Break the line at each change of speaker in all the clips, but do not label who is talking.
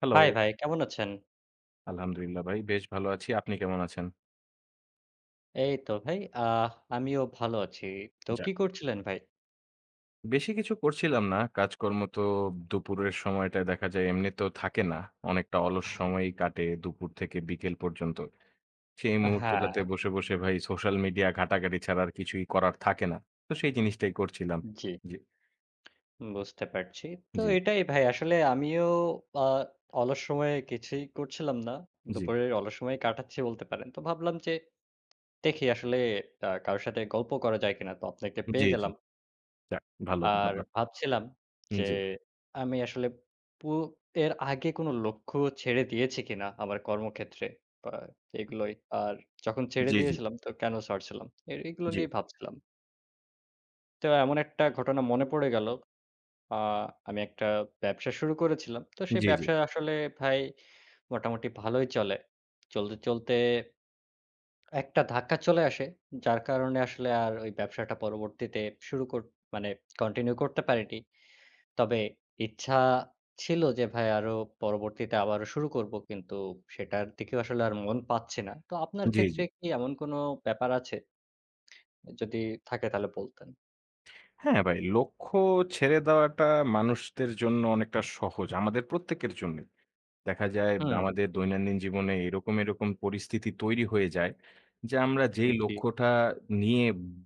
Hello.
High ভাই, কেমন আছেন?
আলহামদুলিল্লাহ ভাই বেশ ভালো আছি। আপনি কেমন আছেন?
এই তো ভাই, আমিও ভালো আছি। তো কি
যাক।
করছিলেন ভাই?
বেশি কিছু করছিলাম না। কাজকর্ম তো দুপুরের সময়টায় দেখা যায় এমনিতেও থাকে না। অনেকটা অলস সময়ই কাটে দুপুর থেকে বিকেল পর্যন্ত। সেই
হ্যাঁ,
মুহূর্তটাতে বসে, বসে ভাই সোশ্যাল মিডিয়া ঘাটাঘাটি ছাড়া আর কিছুই করার থাকে না। তো সেই জিনিসটাই করছিলাম।
জি,
জি,
বুঝতে পারছি। তো
জি,
এটাই ভাই আসলে আমিও আ অলস সময়ে কিছুই করছিলাম না।
জি,
দুপুরের অলস সময় কাটাচ্ছি বলতে পারেন। তো ভাবলাম যে দেখি আসলে কারো সাথে গল্প করা যায় কিনা? তো আপনাকে
জি,
পেয়ে
জি।
গেলাম।
যাক, ভালো
আর
ব্যাপার।
ভাবছিলাম
জি,
যে
জি,
আমি আসলে পু এর আগে কোনো লক্ষ্য ছেড়ে দিয়েছি কিনা আমার কর্মক্ষেত্রে বা এগুলোই। আর যখন ছেড়ে
জি, জি,
দিয়েছিলাম তো কেন ছাড়ছিলাম? এগুলো
জি,
নিয়েই ভাবছিলাম। তো এমন একটা ঘটনা মনে পড়ে গেল। আ আমি একটা ব্যবসা শুরু করেছিলাম। তো সেই
জি,
ব্যবসা আসলে ভাই মোটামুটি ভালোই চলে। চলতে একটা ধাক্কা চলে আসে। যার কারণে আসলে আর ওই ব্যবসাটা পরবর্তীতে শুরু কর মানে কন্টিনিউ করতে পারিনি। তবে ইচ্ছা ছিল যে ভাই আরো পরবর্তীতে আবারও শুরু করব। কিন্তু সেটার দিকেও আসলে আর মন পাচ্ছি না। তো আপনার
জি,
ক্ষেত্রে
জি।
কি এমন কোনো ব্যাপার আছে? যদি থাকে তাহলে বলতেন।
হ্যাঁ ভাই, লক্ষ্য ছেড়ে দেওয়াটা মানুষদের জন্য অনেকটা সহজ। আমাদের প্রত্যেকের জন্যে। দেখা যায়
হুম,
আমাদের দৈনন্দিন জীবনে এরকম, এরকম পরিস্থিতি তৈরি হয়ে যায় যে আমরা যেই
জি।
লক্ষ্যটা নিয়ে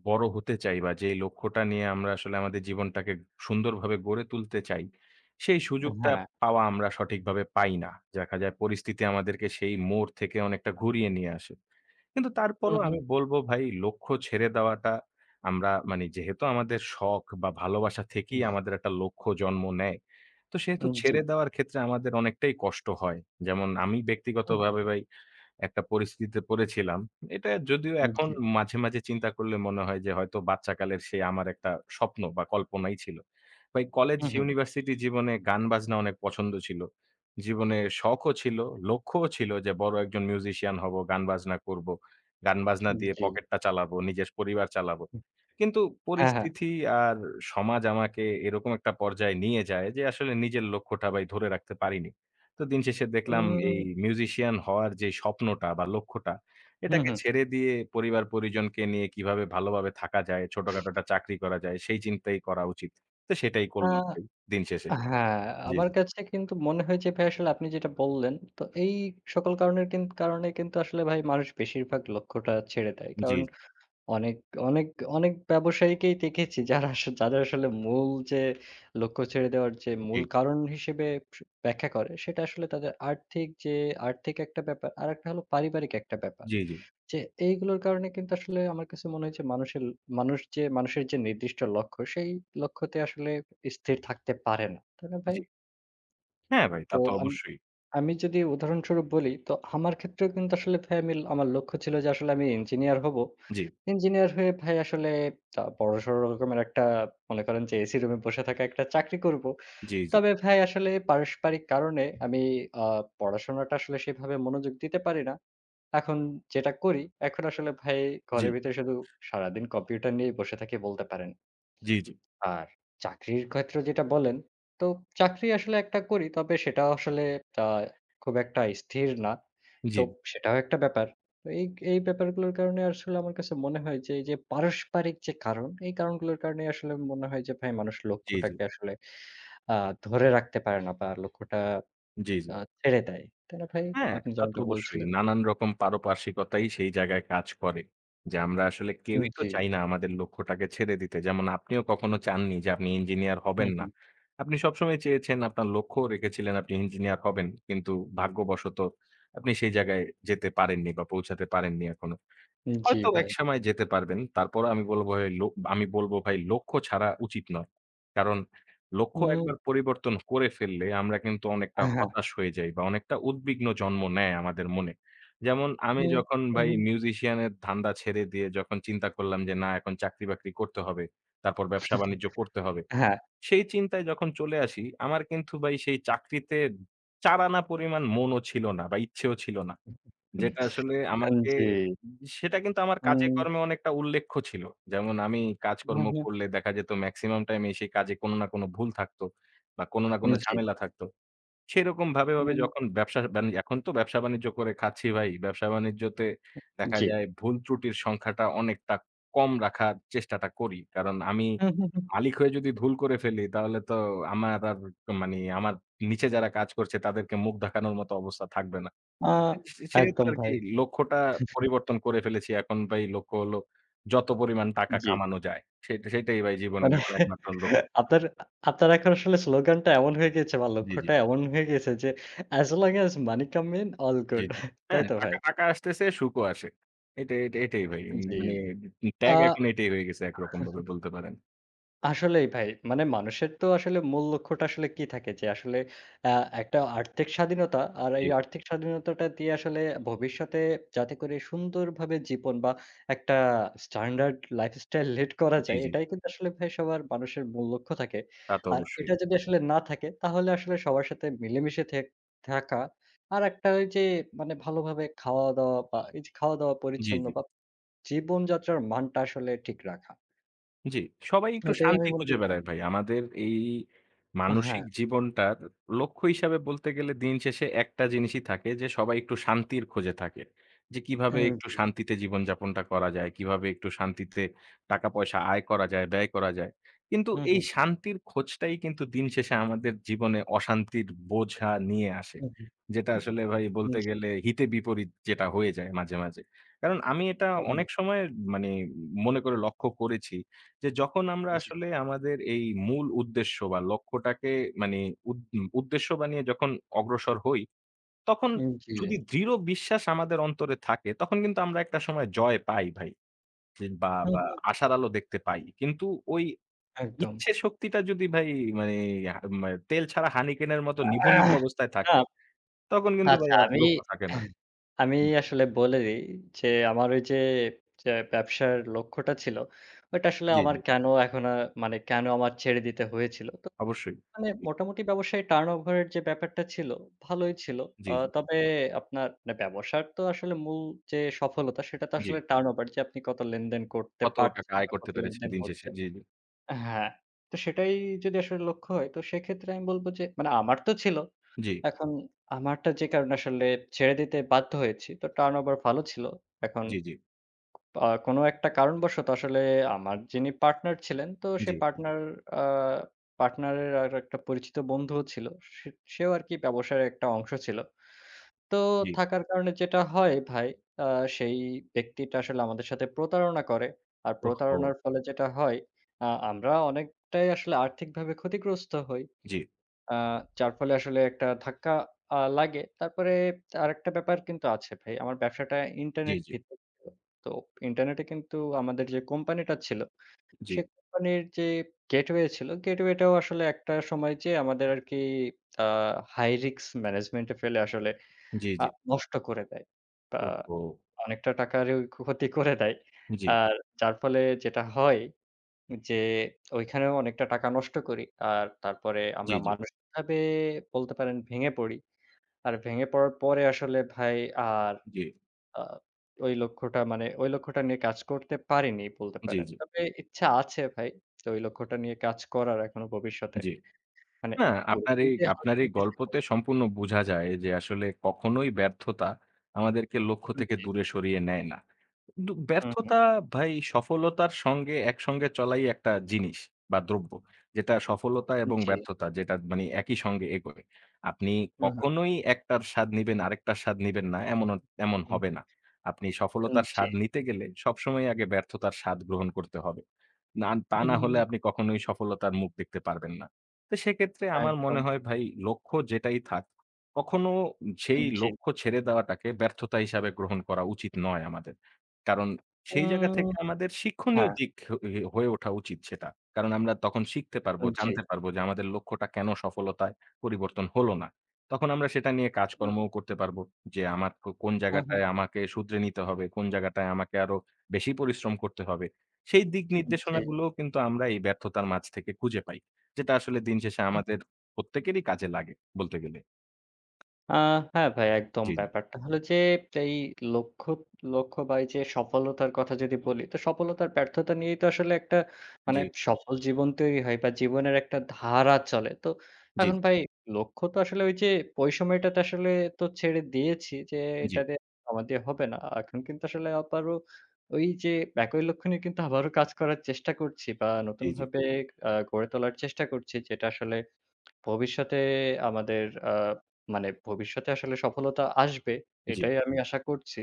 বড় হতে চাই বা যেই লক্ষ্যটা নিয়ে আমরা আসলে আমাদের জীবনটাকে সুন্দরভাবে গড়ে তুলতে চাই, সেই সুযোগটা
হ্যাঁ।
পাওয়া আমরা সঠিকভাবে পাই না। দেখা যায় পরিস্থিতি আমাদেরকে সেই মোড় থেকে অনেকটা ঘুরিয়ে নিয়ে আসে। কিন্তু
হুম,
তারপরও
হুম।
আমি বলব ভাই লক্ষ্য ছেড়ে দেওয়াটা, আমরা মানে যেহেতু আমাদের শখ বা ভালোবাসা
উম,
থেকেই আমাদের একটা লক্ষ্য জন্ম নেয়। তো সেহেতু
জি।
ছেড়ে দেওয়ার ক্ষেত্রে আমাদের অনেকটাই কষ্ট হয়। যেমন আমি
হুম, হুম।
ব্যক্তিগতভাবে ভাই একটা পরিস্থিতিতে পড়েছিলাম। এটা যদিও এখন
জি।
মাঝে, মাঝে চিন্তা করলে মনে হয় যে হয়তো বাচ্চাকালের সেই আমার একটা স্বপ্ন বা কল্পনাই ছিল। ভাই কলেজ,
হুম, হুম।
ইউনিভার্সিটি জীবনে গান-বাজনা অনেক পছন্দ ছিল। জীবনে শখও ছিল, লক্ষ্যও ছিল যে বড় একজন মিউজিশিয়ান হব, গান-বাজনা করব। গান-বাজনা দিয়ে
জি।
পকেটটা চালাবো, নিজের পরিবার চালাবো। কিন্তু
হ্যাঁ, হ্যাঁ।
পরিস্থিতি আর সমাজ আমাকে এরকম একটা পর্যায়ে নিয়ে যায় যে আসলে নিজের লক্ষ্যটা ভাই ধরে রাখতে পারিনি। তো দিন শেষে দেখলাম এই
উম,
মিউজিশিয়ান হওয়ার যে স্বপ্নটা বা লক্ষ্যটা,
হুম,
এটাকে
হুম।
ছেড়ে দিয়ে পরিবার-পরিজনকে নিয়ে কিভাবে ভালোভাবে থাকা যায়, ছোটখাটো একটা চাকরি করা যায় সেই চিন্তাই করা উচিত। তো সেটাই
আ
করলাম ভাই দিন শেষে।
হ্যাঁ,
জি,
আমার
জি।
কাছে কিন্তু মনে হয় যে ভাই আসলে আপনি যেটা বললেন, তো এই সকল কারণের কারণে কিন্তু আসলে ভাই মানুষ বেশিরভাগ লক্ষ্যটা ছেড়ে দেয়।
জি,
কারণ অনেক, অনেক, অনেক ব্যবসায়ীকেই দেখেছি যারা যাদের আসলে মূল যে লক্ষ্য ছেড়ে দেওয়ার যে
জি,
মূল কারণ হিসেবে স ব্যাখ্যা করে সেটা আসলে তাদের আর্থিক একটা ব্যাপার, আরেকটা হলো পারিবারিক একটা ব্যাপার।
জি, জি,
যে এইগুলোর কারণে কিন্তু আসলে আমার কাছে মনে হয় যে মানুষের মানুষের যে নির্দিষ্ট লক্ষ্য সেই লক্ষ্যতে আসলে স্থির থাকতে পারে না। তাই না ভাই?
জি। হ্যাঁ ভাই তা
তো
তো অবশ্যই।
আমি যদি উদাহরণস্বরূপ বলি তো আমার ক্ষেত্রেও কিন্তু আসলে ভাই আমি আমার লক্ষ্য ছিল যে আসলে আমি ইঞ্জিনিয়ার হব।
জি,
ইঞ্জিনিয়ার হয়ে ভাই আসলে বড়সড় রকমের একটা মনে করেন যে এসি রুমে বসে থাকা একটা চাকরি করব।
জি, জি, জি,
তবে ভাই আসলে পারস্পরিক কারণে আমি আ পড়াশোনাটা আসলে সেভাবে মনোযোগ দিতে পারি না। এখন যেটা করি, এখন আসলে ভাই
জি,
ঘরের ভিতরে শুধু সারাদিন কম্পিউটার নিয়েই বসে থাকি বলতে পারেন।
জি,
আর চাকরির ক্ষেত্রে যেটা বলেন, তো চাকরি আসলে একটা করি। তবে সেটা আসলে আ খুব একটা স্থির না। তো
জি,
সেটাও একটা ব্যাপার। তো এই এই ব্যাপারগুলোর কারণে আসলে আমার কাছে মনে হয় যে, এই যে পারস্পারিক যে কারণ, এই কারণগুলোর কারণে আসলে মনে হয় যে ভাই মানুষ
জি,
লক্ষ্যটাকে আসলে আ ধরে রাখতে পারে না বা লক্ষ্যটা
জি, জি।
ছেড়ে দেয়। তাই না ভাই?
হ্যাঁ,
আপনি
তা তো
যেমনটা
অবশ্যই।
বলছিলেন।
নানান রকম পারপার্শ্বিকতাই সেই জায়গায় কাজ করে। যে আমরা আসলে
উম,
কেউই তো
জি।
চাই না আমাদের লক্ষ্যটাকে ছেড়ে দিতে। যেমন আপনিও কখনো চাননি যে আপনি ইঞ্জিনিয়ার
হুম,
হবেন না।
হুম।
আপনি সবসময় চেয়েছেন, আপনার লক্ষ্যও রেখেছিলেন আপনি ইঞ্জিনিয়ার হবেন। কিন্তু ভাগ্যবশত আপনি সেই জায়গায় যেতে পারেননি বা পৌঁছাতে পারেননি এখনো।
জি
হয়তো
ভাই।
একসময় যেতে পারবেন। তারপরও আমি বলব ভাই লক্ষ্য ছাড়া উচিত নয়। কারণ লক্ষ্য
হুম,
একবার পরিবর্তন করে ফেললে আমরা কিন্তু অনেকটা
হ্যাঁ।
হতাশ হয়ে যাই বা অনেকটা উদ্বিগ্ন জন্ম নেয় আমাদের মনে। যেমন আমি
হুম,
যখন
হুম,
ভাই
হুম।
মিউজিশিয়ান এর ধান্দা ছেড়ে দিয়ে যখন চিন্তা করলাম যে না এখন চাকরি-বাকরি করতে হবে। তারপর ব্যবসা-বাণিজ্য করতে হবে।
হ্যাঁ।
সেই চিন্তায় যখন চলে আসি আমার কিন্তু ভাই সেই চাকরিতে চার আনা পরিমাণ মনও ছিল না বা ইচ্ছেও ছিল না। যেটা আসলে আমাকে
জি।
সেটা কিন্তু আমার কাজে
হুম।
কর্মে অনেকটা উল্লেখ্য ছিল। যেমন আমি কাজকর্ম করলে দেখা যেত মেক্সিমাম টাইম এ সেই কাজে কোনো না কোনো ভুল থাকতো বা কোনো না
উম,
কোনো
জি।
ঝামেলা থাকতো। সেরকম ভাবে, ভাবে
উম,
যখন ব্যবসা বাণি এখন তো ব্যবসা-বাণিজ্য করে খাচ্ছি ভাই। ব্যবসা-বাণিজ্যতে দেখা
জি।
যায় ভুল ত্রুটির সংখ্যাটা অনেকটা কম রাখার চেষ্টাটা করি। কারণ আমি
হুম, হুম, হুম।
মালিক হয়ে যদি ভুল করে ফেলি তাহলে তো আমার আর মানে আমার নিচে যারা কাজ করছে তাদেরকে মুখ দেখানোর মতো অবস্থা থাকবে না।
আ
সেহেতু
একদম ভাই।
আরকি লক্ষ্যটা পরিবর্তন করে ফেলেছি এখন ভাই লক্ষ্য হলো যত পরিমাণ টাকা
জি।
কামানো যায়। সেটাই ভাই জীবনের
মানে
এখন একমাত্র লক্ষ্য।
আপনার আপনার এখন আসলে স্লোগানটা এমন হয়ে গিয়েছে বা
জি, জি,
লক্ষ্যটা এমন হয়ে গিয়েছে যে as long as money come in all
G,
good
জি।
তাই
হ্যাঁ,
তো ভাই?
টাকা টাকা আসতেছে সুখও আসে। এটা এটা এটাই ভাই।
জি।
মানে
আ
ট্যাগ এখন এটাই হয়ে গেছে একরকম ভাবে বলতে পারেন।
আসলেই ভাই। মানে মানুষের তো আসলে মূল লক্ষ্যটা আসলে কি থাকে যে আসলে আ একটা আর্থিক স্বাধীনতা। আর
জি,
এই আর্থিক স্বাধীনতাটা দিয়ে আসলে ভবিষ্যতে যাতে করে সুন্দরভাবে জীবন বা একটা স্ট্যান্ডার্ড লাইফস্টাইল লিড করা
জি,
যায়
জি।
এটাই কিন্তু আসলে ভাই সবার মানুষের মূল লক্ষ্য থাকে।
তা তো
আর
অবশ্যই।
এটা যদি আসলে না থাকে তাহলে আসলে সবার সাথে মিলেমিশে থাকা আর একটা ওই যে মানে ভালোভাবে খাওয়া-দাওয়া বা এই যে খাওয়া-দাওয়া
জি,
পরিচ্ছন্ন
জি।
বা জীবনযাত্রার মানটা আসলে ঠিক রাখা।
জি, সবাই একটু
এটাই আমি
শান্তি
মনে
খুঁজে
করি যে
বেড়ায় ভাই। আমাদের এই
হ্যাঁ।
মানসিক জীবনটার লক্ষ্য হিসাবে বলতে গেলে দিন শেষে একটা জিনিসই থাকে যে সবাই একটু শান্তির খোঁজে থাকে। যে কিভাবে
হুম,
একটু
জি।
শান্তিতে জীবনযাপনটা করা যায়, কিভাবে একটু শান্তিতে টাকা-পয়সা আয় করা যায়, ব্যয় করা যায়। কিন্তু
হুম,
এই
হুম,
শান্তির খোঁজটাই কিন্তু দিন শেষে আমাদের জীবনে অশান্তির বোঝা নিয়ে আসে।
হুম, হুম,
যেটা আসলে ভাই
হুম,
বলতে
জি,
গেলে হিতে বিপরীত যেটা হয়ে যায় মাঝে, মাঝে। কারণ আমি এটা
হুম, হুম,
অনেক সময় মানে মনে করে লক্ষ্য করেছি যে যখন
হুম,
আমরা
জি,
আসলে আমাদের এই মূল উদ্দেশ্য বা লক্ষ্যটাকে মানে উদ উদ্দেশ্য বানিয়ে যখন অগ্রসর হই, তখন
হুম, জি।
যদি দৃঢ় বিশ্বাস আমাদের অন্তরে থাকে, তখন কিন্তু আমরা একটা সময় জয় পাই ভাই। জি। বা,
হুম,
বা
হুম,
আশার আলো দেখতে পাই। কিন্তু ওই
একদম।
ইচ্ছে শক্তিটা যদি ভাই মানে আ মা তেল ছাড়া হানিকেনের মতো নিভু, নিভু
আহ!
অবস্থায়
না,
থাকে, তখন কিন্তু ভাই
আচ্ছা
আর
আমি
লক্ষ্য থাকে না।
আমি আসলে বলে দিই যে আমার ওই যে, যে ব্যবসার লক্ষ্যটা ছিল, ওইটা আসলে
জি,
আমার
জি,
কেন এখন আর মানে কেন আমার ছেড়ে দিতে হয়েছিল। তো
অবশ্যই।
মানে
জি,
মোটামুটি ব্যবসায়ী টার্নওভার এর যে ব্যাপারটা ছিল, ভালোই ছিল।
জি, জি,
তবে আপনার মানে ব্যবসার তো আসলে মূল যে সফলতা সেটা তো
জি।
আসলে টার্নওভার যে আপনি কত লেনদেন করতে
কত টাকা
পারছেন
আয়
বা
করতে
কত
পেরেছেন
লেনদেন
দিন শেষে।
হচ্ছে।
জি,
হ্যাঁ, তো সেটাই যদি আসলে লক্ষ্য হয়, তো সেক্ষেত্রে আমি বলব যে মানে আমার তো ছিল।
জি,
এখন আমারটা যে কারণে আসলে ছেড়ে দিতে বাধ্য হয়েছি। তো টার্নওভার ভালো ছিল। এখন
জি, জি, জি,
কোন একটা কারণবশত আসলে আমার যিনি পার্টনার ছিলেন, তো সেই
জি,
পার্টনার আ পার্টনারের আর একটা পরিচিত বন্ধুও ছিল। সে সেও আরকি ব্যবসার একটা অংশ ছিল। তো
জি।
থাকার কারণে যেটা হয় ভাই, আ সেই ব্যক্তিটা আসলে আমাদের সাথে প্রতারণা করে। আর হুম।
ওহহো!
প্রতারণার ফলে যেটা হয়, আমরা অনেকটাই আসলে আর্থিকভাবে ক্ষতিগ্রস্ত হই।
জি,
আ যার ফলে আসলে একটা ধাক্কা লাগে। তারপরে আরেকটা ব্যাপার কিন্তু আছে ভাই। আমার ব্যবসাটা
জি,
ইন্টারনেট
জি,
ভিত্তিক ছিল। তো ইন্টারনেটে কিন্তু আমাদের যে কোম্পানিটা ছিল,
জি,
সে কোম্পানির যে গেটওয়ে ছিল, গেটওয়েটাও আসলে একটা সময় যেয়ে আমাদের আরকি আ হাই রিস্ক ম্যানেজমেন্ট এ ফেলে আসলে
জি,
আ
জি।
নষ্ট করে দেয়। বা
ওহহো!
অনেকটা টাকারই ক্ষতি করে দেয়।
জি,
আর যার ফলে যেটা হয় যে ওইখানেও অনেকটা টাকা নষ্ট করি। আর তারপরে
জি,
আমরা
জি,
মানসিকভাবে বলতে পারেন ভেঙে পড়ি। আর ভেঙে পড়ার পরে আসলে ভাই আর
জি,
আ ওই লক্ষ্যটা মানে ওই লক্ষ্যটা নিয়ে কাজ করতে পারিনি বলতে
জি,
পারেন।
জি,
তবে ইচ্ছা আছে ভাই যে ওই লক্ষ্যটা নিয়ে কাজ করার এখনো ভবিষ্যতে।
জি।
মানে
না, আপনার
পুরোপুরি
এই
যে হাল
আপনার
ছেড়ে
এই
দিয়েছি এমন।
গল্পতে সম্পূর্ণ বোঝা যায় যে আসলে কখনোই ব্যর্থতা আমাদেরকে লক্ষ্য থেকে
জি।
দূরে সরিয়ে নেয় না। কিন্তু
হুম, হুম।
ব্যর্থতা ভাই সফলতার সঙ্গে একসঙ্গে চলাই একটা জিনিস বা দ্রব্য। যেটা সফলতা এবং
জি।
ব্যর্থতা যেটা মানে একই সঙ্গে এগোয়। আপনি
হুম, হুম।
কখনোই একটার স্বাদ নিবেন আরেকটার স্বাদ নিবেন না এমন এমন হবে না। আপনি
হুম।
সফলতার
জি।
স্বাদ নিতে গেলে সবসময় আগে ব্যর্থতার স্বাদ গ্রহণ করতে হবে। না তা
হুম,
না
হুম,
হলে
হুম।
আপনি কখনোই সফলতার মুখ দেখতে পারবেন না। তো সেক্ষেত্রে আমার
একদম,
মনে হয় ভাই লক্ষ্য যেটাই থাক, কখনো সেই
জি।
লক্ষ্য ছেড়ে দেওয়াটাকে ব্যর্থতা হিসাবে গ্রহণ করা উচিত নয় আমাদের। কারণ সেই জায়গা
উম,
থেকে আমাদের শিক্ষণীয়
হ্যাঁ,
দিক হয়ে হয়ে ওঠা উচিত সেটা। কারণ আমরা তখন শিখতে পারবো,
জি।
জানতে পারবো যে আমাদের লক্ষ্যটা কেন সফলতায় পরিবর্তন হলো না। তখন আমরা সেটা নিয়ে কাজকর্মও করতে পারবো যে আমার কোন
হ্যাঁ, হ্যাঁ।
জায়গাটায় আমাকে শুধরে নিতে হবে, কোন জায়গাটায় আমাকে আরো বেশি পরিশ্রম করতে হবে। সেই দিক
জি।
নির্দেশনাগুলোও কিন্তু আমরা এই ব্যর্থতার মাঝ থেকে খুঁজে পাই। যেটা আসলে দিন শেষে আমাদের প্রত্যেকেরই কাজে লাগে বলতে গেলে।
আ হ্যাঁ ভাই, একদম।
জি, জি,
ব্যাপারটা হলো যে এই লক্ষ্য লক্ষ্য বা এই যে সফলতার কথা যদি বলি, তো সফলতার ব্যর্থতা নিয়েই তো আসলে একটা মানে
জি,
সফল জীবন তৈরি হয় বা জীবনের একটা ধারা চলে। তো
জি,
এখন ভাই লক্ষ্য তো আসলে ওই যে ওই সময়টাতে আসলে তো ছেড়ে দিয়েছি যে
জি,
এটাতে আমার দিয়ে হবে না। এখন কিন্তু আসলে আবারও ওই যে একই লক্ষ্য নিয়ে কিন্তু আবারও কাজ করার চেষ্টা করছি বা
জি, জি,
নতুনভাবে গড়ে তোলার চেষ্টা করছি যেটা আসলে ভবিষ্যতে আমাদের মানে ভবিষ্যতে আসলে সফলতা আসবে,
জি, জি,
এটাই আমি আশা করছি।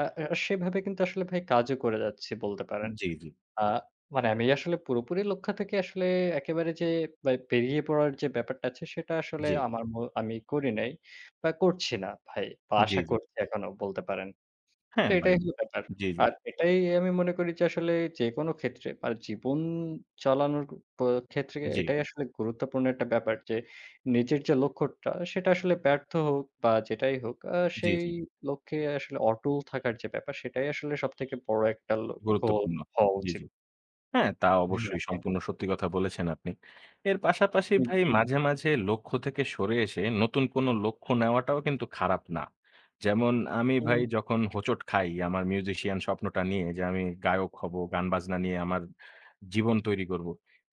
আ আ সেভাবে কিন্তু আসলে ভাই কাজও করে যাচ্ছি বলতে পারেন।
জি,
আ মানে আমি আসলে পুরোপুরি লক্ষ্য থেকে আসলে একেবারে যে বা বেরিয়ে পড়ার যে ব্যাপারটা আছে সেটা আসলে
জি,
আমার আমি করি নাই বা করছি না ভাই বা
জি,
আশা
জি,
করছি এখনো বলতে পারেন। তো
হ্যাঁ ভাই।
এটাই হলো ব্যাপার।
জি, জি,
আর এটাই আমি মনে করি যে আসলে যেকোনো ক্ষেত্রে আর জীবন চালানোর প ক্ষেত্রে
জি,
এটাই আসলে গুরুত্বপূর্ণ একটা ব্যাপার যে নিজের যে লক্ষ্যটা সেটা আসলে ব্যর্থ হোক বা যেটাই হোক
জি,
সেই
জি,
লক্ষ্যে আসলে অটল থাকার যে ব্যাপার সেটাই আসলে সবথেকে বড় একটা লক্ষ্য
গুরুত্বপূর্ণ।
হওয়া
জি,
উচিত।
জি। হ্যাঁ, তা
হ্যাঁ,
অবশ্যই
হ্যাঁ।
সম্পূর্ণ সত্যি কথা বলেছেন আপনি। এর পাশাপাশি ভাই
জি।
মাঝে, মাঝে লক্ষ্য থেকে সরে এসে নতুন কোনো লক্ষ্য নেওয়াটাও কিন্তু খারাপ না। যেমন আমি
হুম,
ভাই যখন হোঁচট খাই আমার মিউজিশিয়ান স্বপ্নটা নিয়ে যে আমি গায়ক হব, গান-বাজনা নিয়ে আমার জীবন তৈরি করব।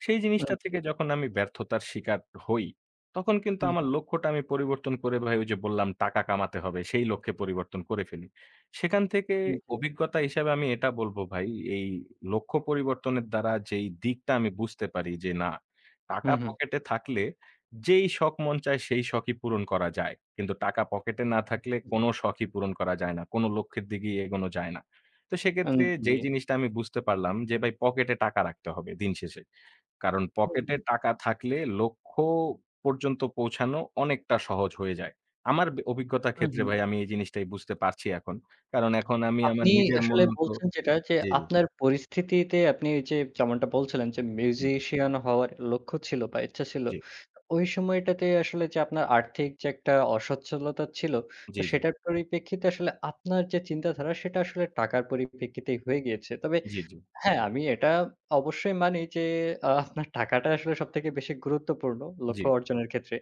সেই
হুম,
জিনিসটা
জি।
থেকে যখন আমি ব্যর্থতার শিকার হই, তখন কিন্তু
হুম,
আমার লক্ষ্যটা আমি পরিবর্তন করে ভাই ওই যে বললাম টাকা কামাতে হবে সেই লক্ষ্যে পরিবর্তন করে ফেলি। সেখান থেকে
হুম, জি।
অভিজ্ঞতা হিসাবে আমি এটা বলব ভাই, এই লক্ষ্য পরিবর্তনের দ্বারা যেই দিকটা আমি বুঝতে পারি যে না,
হুম,
টাকা
হুম।
পকেটে থাকলে যেই শখ মন চায় সেই শখই পূরণ করা যায়। কিন্তু টাকা পকেটে না থাকলে কোনো শখই পূরণ করা যায় না। কোনো লক্ষ্যের দিকেই এগোনো যায় না। তো
হুম,
সেক্ষেত্রে
জি।
যেই জিনিসটা আমি বুঝতে পারলাম যে ভাই পকেটে টাকা রাখতে হবে দিন শেষে। কারণ
হুম,
পকেটে
হুম।
টাকা থাকলে লক্ষ্য পর্যন্ত পৌঁছানো অনেকটা সহজ হয়ে যায়। আমার বে অভিজ্ঞতার
হুম,
ক্ষেত্রে
হুম।
ভাই আমি এই জিনিসটাই বুঝতে পারছি এখন। কারণ এখন আমি আমার
আপনি
নিজের মন
আসলে
মতো
বলছেন যেটা যে
জি, জি,
আপনার পরিস্থিতিতে আপনি ওই যে যেমনটা বলছিলেন যে
জি,
মিউজিশিয়ান হওয়ার লক্ষ্য ছিল বা ইচ্ছা ছিল।
জি,
ওই সময়টাতে আসলে যে আপনার আর্থিক যে একটা অসচ্ছলতা ছিল, তো
জি,
সেটার পরিপ্রেক্ষিতে আসলে আপনার যে চিন্তাধারা সেটা আসলে টাকার পরিপ্রেক্ষিতেই হয়ে গিয়েছে। তবে
জি, জি, জি,
হ্যাঁ, আমি এটা অবশ্যই মানি যে আপনার টাকাটা আসলে সবথেকে বেশি গুরুত্বপূর্ণ
জি,
লক্ষ্য অর্জনের ক্ষেত্রে।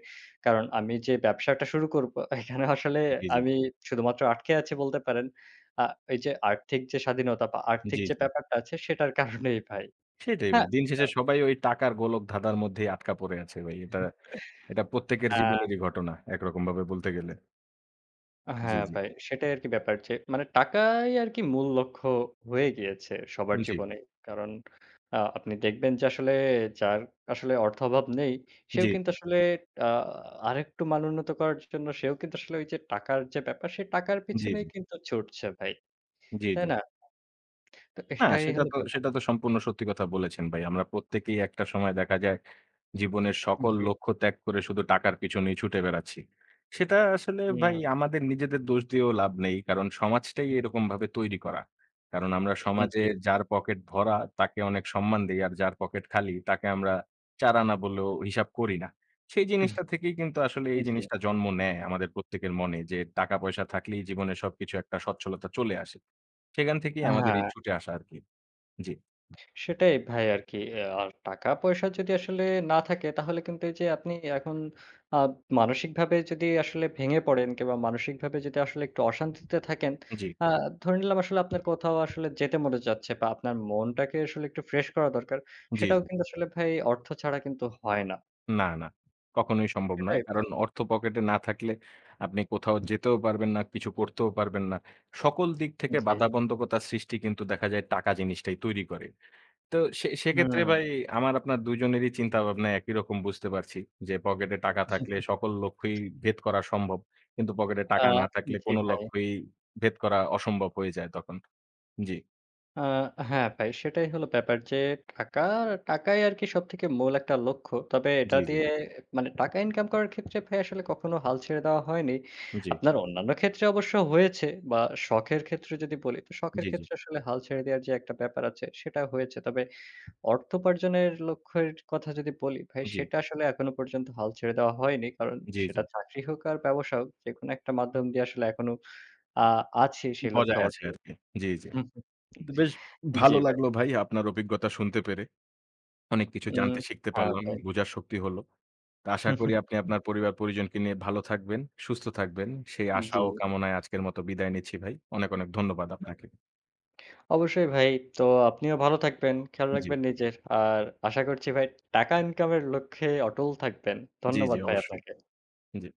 কারণ আমি যে ব্যবসাটা শুরু করব এখানে আসলে
জি,
আমি শুধুমাত্র আটকে আছি বলতে পারেন। আ এই যে আর্থিক যে স্বাধীনতা বা
জি,
আর্থিক
জি,
যে
জি।
ব্যাপারটা আছে সেটার কারণেই ভাই।
সেটাই ভাই।
হ্যাঁ?
দিন শেষে সবাই ওই টাকার গোলকধাঁধার মধ্যেই আটকা পড়ে আছে ভাই। এটা এটা প্রত্যেকের
আ
জীবনেরই ঘটনা একরকমভাবে বলতে গেলে। জি,
হ্যাঁ,
জি,
ভাই সেটাই আরকি ব্যাপার যে মানে টাকাই আরকি মূল লক্ষ্য হয়ে গিয়েছে সবার
জি, জি,
জীবনেই। কারণ আপনি দেখবেন যে আসলে যার আসলে অর্থ অভাব নেই, সেও
জি,
কিন্তু আসলে আ আরেকটু মানোন্নত করার জন্য সেও কিন্তু আসলে ওই যে টাকার যে ব্যাপার, সেই টাকার
জি, জি,
পিছনেই
জি।
কিন্তু ছুটছে ভাই। তাই
জি।
না? তো
না
এটাই
সেটা
হলো
তো
ব্যাপার।
সেটা তো সম্পূর্ণ সত্যি কথা বলেছেন ভাই। আমরা প্রত্যেকেই একটা সময় দেখা যায় জীবনের সকল
জি।
লক্ষ্য ত্যাগ করে শুধু টাকার পিছনেই ছুটে বেড়াচ্ছি। সেটা আসলে
হুম,
ভাই আমাদের নিজেদের দোষ দিয়েও লাভ নেই। কারণ সমাজটাই এরকমভাবে তৈরি করা। কারণ আমরা সমাজে
জি।
যার পকেট ভরা তাকে অনেক সম্মান দেই। আর যার পকেট খালি তাকে আমরা ৪ আনা বলেও হিসাব করি না। সেই জিনিসটা থেকেই কিন্তু আসলে এই
জি।
জিনিসটা জন্ম নেয় আমাদের প্রত্যেকের মনে যে টাকা-পয়সা থাকলেই জীবনে সবকিছু একটা সচ্ছলতা চলে আসে। সেখান থেকেই আমাদের এই
হ্যাঁ।
ছুটে আসা আরকি। জি,
সেটাই ভাই আরকি। আর টাকা-পয়সা যদি আসলে না থাকে তাহলে কিন্তু এই যে আপনি এখন আ মানসিকভাবে যদি আসলে ভেঙে পড়েন কিংবা মানসিকভাবে যদি আসলে একটু অশান্তিতে থাকেন,
জি,
আ ধরে নিলাম আসলে আপনার কোথাও আসলে যেতে মনে যাচ্ছে বা আপনার মনটাকে আসলে একটু ফ্রেশ করা দরকার।
জি,
সেটাও
জি।
কিন্তু আসলে ভাই অর্থ ছাড়া কিন্তু হয় না।
না, না। কখনোই সম্ভব নয়।
সেটাই ভাই।
কারণ অর্থ পকেটে না থাকলে আপনি কোথাও যেতেও পারবেন না, কিছু করতেও পারবেন না। সকল দিক থেকে
জি।
বাধাবন্ধকতার সৃষ্টি কিন্তু দেখা যায় টাকা জিনিসটাই তৈরি করে। তো সেক্ষেত্রে ভাই
হুম।
আমার আপনার দুজনেরই চিন্তাভাবনা একই রকম বুঝতে পারছি। যে পকেটে টাকা থাকলে সকল লক্ষ্যই ভেদ করা সম্ভব। কিন্তু পকেটে
আ
টাকা না থাকলে
জি
কোনো
ভাই।
লক্ষ্যই ভেদ করা অসম্ভব হয়ে যায় তখন। জি,
আ হ্যাঁ, ভাই সেটাই হলো ব্যাপার যে টাকা, টাকাই আরকি সবথেকে মূল একটা লক্ষ্য। তবে এটা
জি, জি,
দিয়ে মানে টাকা ইনকাম করার ক্ষেত্রে ভাই আসলে কখনো হাল ছেড়ে দেওয়া হয়নি।
জি,
আপনার অন্যান্য ক্ষেত্রে অবশ্য হয়েছে বা শখের ক্ষেত্রে যদি বলি, তো শখের
জি,
ক্ষেত্রে আসলে হাল ছেড়ে দেওয়ার যে একটা ব্যাপার আছে সেটা হয়েছে। তবে অর্থোপার্জনের লক্ষ্যের কথা যদি বলি ভাই
জি, জি,
সেটা আসলে এখনো পর্যন্ত হাল ছেড়ে দেওয়া হয়নি। কারণ
জি, জি।
সেটা চাকরি হোক আর ব্যবসা হোক যেকোনো একটা মাধ্যম দিয়ে আসলে এখনো আ আছি সেই লক্ষ্যে
বজায় আছে
অর্জন।
আরকি। জি, জি।
হুম, হুম।
বেশ
জি
ভালো
ভাই।
লাগলো ভাই আপনার অভিজ্ঞতা শুনতে পেরে। অনেক কিছু
উম,
জানতে শিখতে
হ্যাঁ
পারলাম,
ভাই।
বোঝার শক্তি হলো। তো আশা করি আপনি আপনার পরিবার-পরিজনকে নিয়ে ভালো থাকবেন, সুস্থ থাকবেন। সেই আশা
জি।
ও কামনায় আজকের মতো বিদায় নিচ্ছি ভাই। অনেক, অনেক ধন্যবাদ আপনাকে।
অবশ্যই ভাই। তো আপনিও ভালো থাকবেন, খেয়াল
জি,
রাখবেন নিজের। আর আশা করছি ভাই টাকা ইনকামের লক্ষ্যে অটল থাকবেন।
জি, জি
ধন্যবাদ ভাই
অবশ্যই।
আপনাকে।
জি।